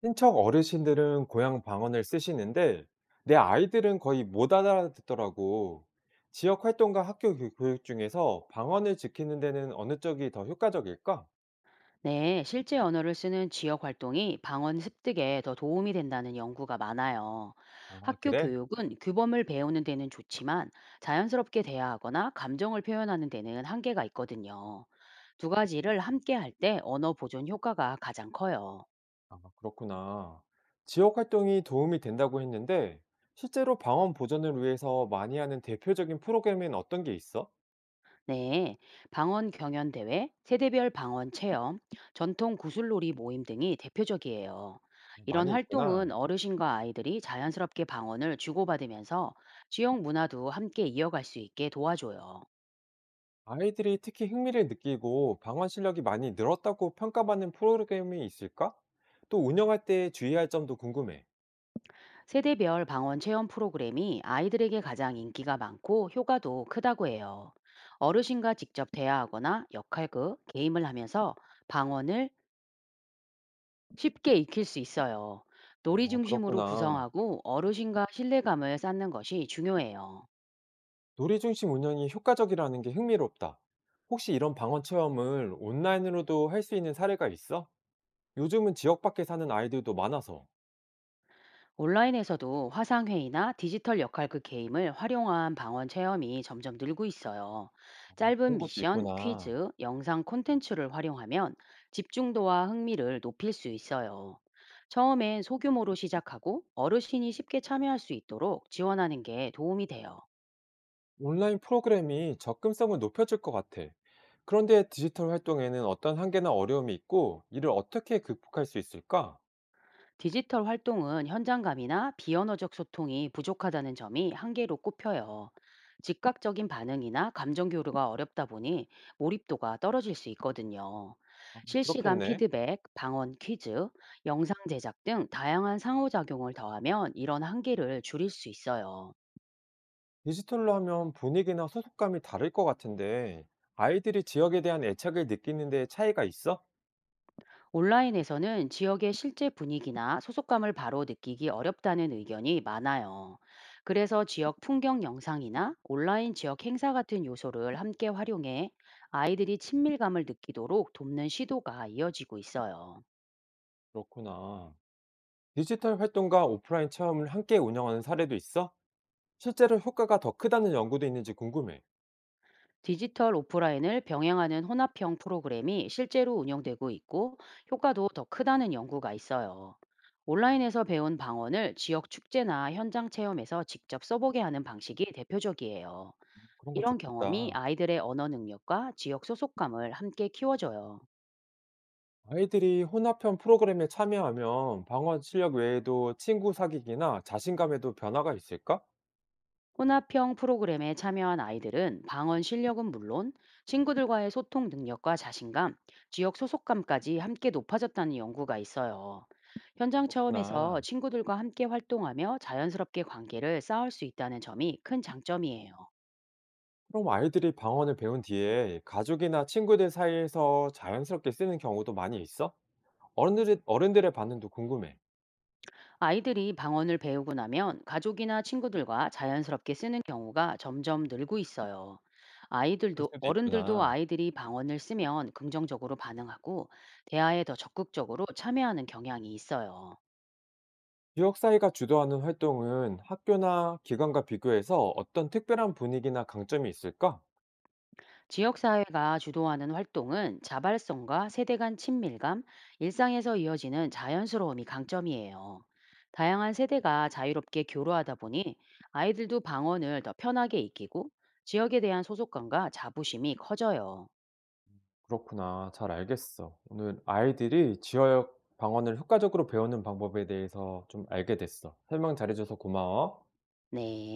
친척 어르신들은 고향 방언을 쓰시는데 내 아이들은 거의 못 알아듣더라고. 지역 활동과 학교 교육 중에서 방언을 지키는 데는 어느 쪽이 더 효과적일까? 네, 실제 언어를 쓰는 지역 활동이 방언 습득에 더 도움이 된다는 연구가 많아요. 아, 학교 그래? 교육은 규범을 배우는 데는 좋지만 자연스럽게 대화하거나 감정을 표현하는 데는 한계가 있거든요. 두 가지를 함께 할 때 언어 보존 효과가 가장 커요. 아, 그렇구나. 지역 활동이 도움이 된다고 했는데 실제로 방언 보존을 위해서 많이 하는 대표적인 프로그램엔 어떤 게 있어? 네, 방언 경연 대회, 세대별 방언 체험, 전통 구슬놀이 모임 등이 대표적이에요. 이런 많이 있구나. 활동은 어르신과 아이들이 자연스럽게 방언을 주고받으면서 지역 문화도 함께 이어갈 수 있게 도와줘요. 아이들이 특히 흥미를 느끼고 방언 실력이 많이 늘었다고 평가받는 프로그램이 있을까? 또 운영할 때 주의할 점도 궁금해. 세대별 방언 체험 프로그램이 아이들에게 가장 인기가 많고 효과도 크다고 해요. 어르신과 직접 대화하거나 역할극, 게임을 하면서 방언을 쉽게 익힐 수 있어요. 아, 놀이 중심으로 그렇구나. 구성하고 어르신과 신뢰감을 쌓는 것이 중요해요. 놀이 중심 운영이 효과적이라는 게 흥미롭다. 혹시 이런 방언 체험을 온라인으로도 할 수 있는 사례가 있어? 요즘은 지역 밖에 사는 아이들도 많아서. 온라인에서도 화상회의나 디지털 역할극 게임을 활용한 방언 체험이 점점 늘고 있어요. 아, 짧은 그런 것도 미션, 있구나. 퀴즈, 영상 콘텐츠를 활용하면 집중도와 흥미를 높일 수 있어요. 처음엔 소규모로 시작하고 어르신이 쉽게 참여할 수 있도록 지원하는 게 도움이 돼요. 온라인 프로그램이 접근성을 높여줄 것 같아. 그런데 디지털 활동에는 어떤 한계나 어려움이 있고, 이를 어떻게 극복할 수 있을까? 디지털 활동은 현장감이나 비언어적 소통이 부족하다는 점이 한계로 꼽혀요. 즉각적인 반응이나 감정 교류가 어렵다 보니 몰입도가 떨어질 수 있거든요. 아, 실시간 그렇겠네. 피드백, 방언 퀴즈, 영상 제작 등 다양한 상호작용을 더하면 이런 한계를 줄일 수 있어요. 디지털로 하면 분위기나 소속감이 다를 것 같은데, 아이들이 지역에 대한 애착을 느끼는 데 차이가 있어? 온라인에서는 지역의 실제 분위기나 소속감을 바로 느끼기 어렵다는 의견이 많아요. 그래서 지역 풍경 영상이나 온라인 지역 행사 같은 요소를 함께 활용해 아이들이 친밀감을 느끼도록 돕는 시도가 이어지고 있어요. 그렇구나. 디지털 활동과 오프라인 체험을 함께 운영하는 사례도 있어? 실제로 효과가 더 크다는 연구도 있는지 궁금해. 디지털 오프라인을 병행하는 혼합형 프로그램이 실제로 운영되고 있고 효과도 더 크다는 연구가 있어요. 온라인에서 배운 방언을 지역 축제나 현장 체험에서 직접 써보게 하는 방식이 대표적이에요. 그런 거 이런 경험이 좋겠다. 아이들의 언어 능력과 지역 소속감을 함께 키워줘요. 아이들이 혼합형 프로그램에 참여하면 방어 실력 외에도 친구 사귀기나 자신감에도 변화가 있을까? 혼합형 프로그램에 참여한 아이들은 방언 실력은 물론 친구들과의 소통 능력과 자신감, 지역 소속감까지 함께 높아졌다는 연구가 있어요. 현장 그렇구나. 체험에서 친구들과 함께 활동하며 자연스럽게 관계를 쌓을 수 있다는 점이 큰 장점이에요. 그럼 아이들이 방언을 배운 뒤에 가족이나 친구들 사이에서 자연스럽게 쓰는 경우도 많이 있어? 어른들의 반응도 궁금해. 아이들이 방언을 배우고 나면 가족이나 친구들과 자연스럽게 쓰는 경우가 점점 늘고 있어요. 그럴 아이들도 수도 어른들도 있구나. 아이들이 방언을 쓰면 긍정적으로 반응하고 대화에 더 적극적으로 참여하는 경향이 있어요. 지역 사회가 주도하는 활동은 학교나 기관과 비교해서 어떤 특별한 분위기나 강점이 있을까? 지역사회가 주도하는 활동은 자발성과 세대 간 친밀감, 일상에서 이어지는 자연스러움이 강점이에요. 다양한 세대가 자유롭게 교류하다 보니 아이들도 방언을 더 편하게 익히고 지역에 대한 소속감과 자부심이 커져요. 그렇구나. 잘 알겠어. 오늘 아이들이 지역 방언을 효과적으로 배우는 방법에 대해서 좀 알게 됐어. 설명 잘해줘서 고마워. 네.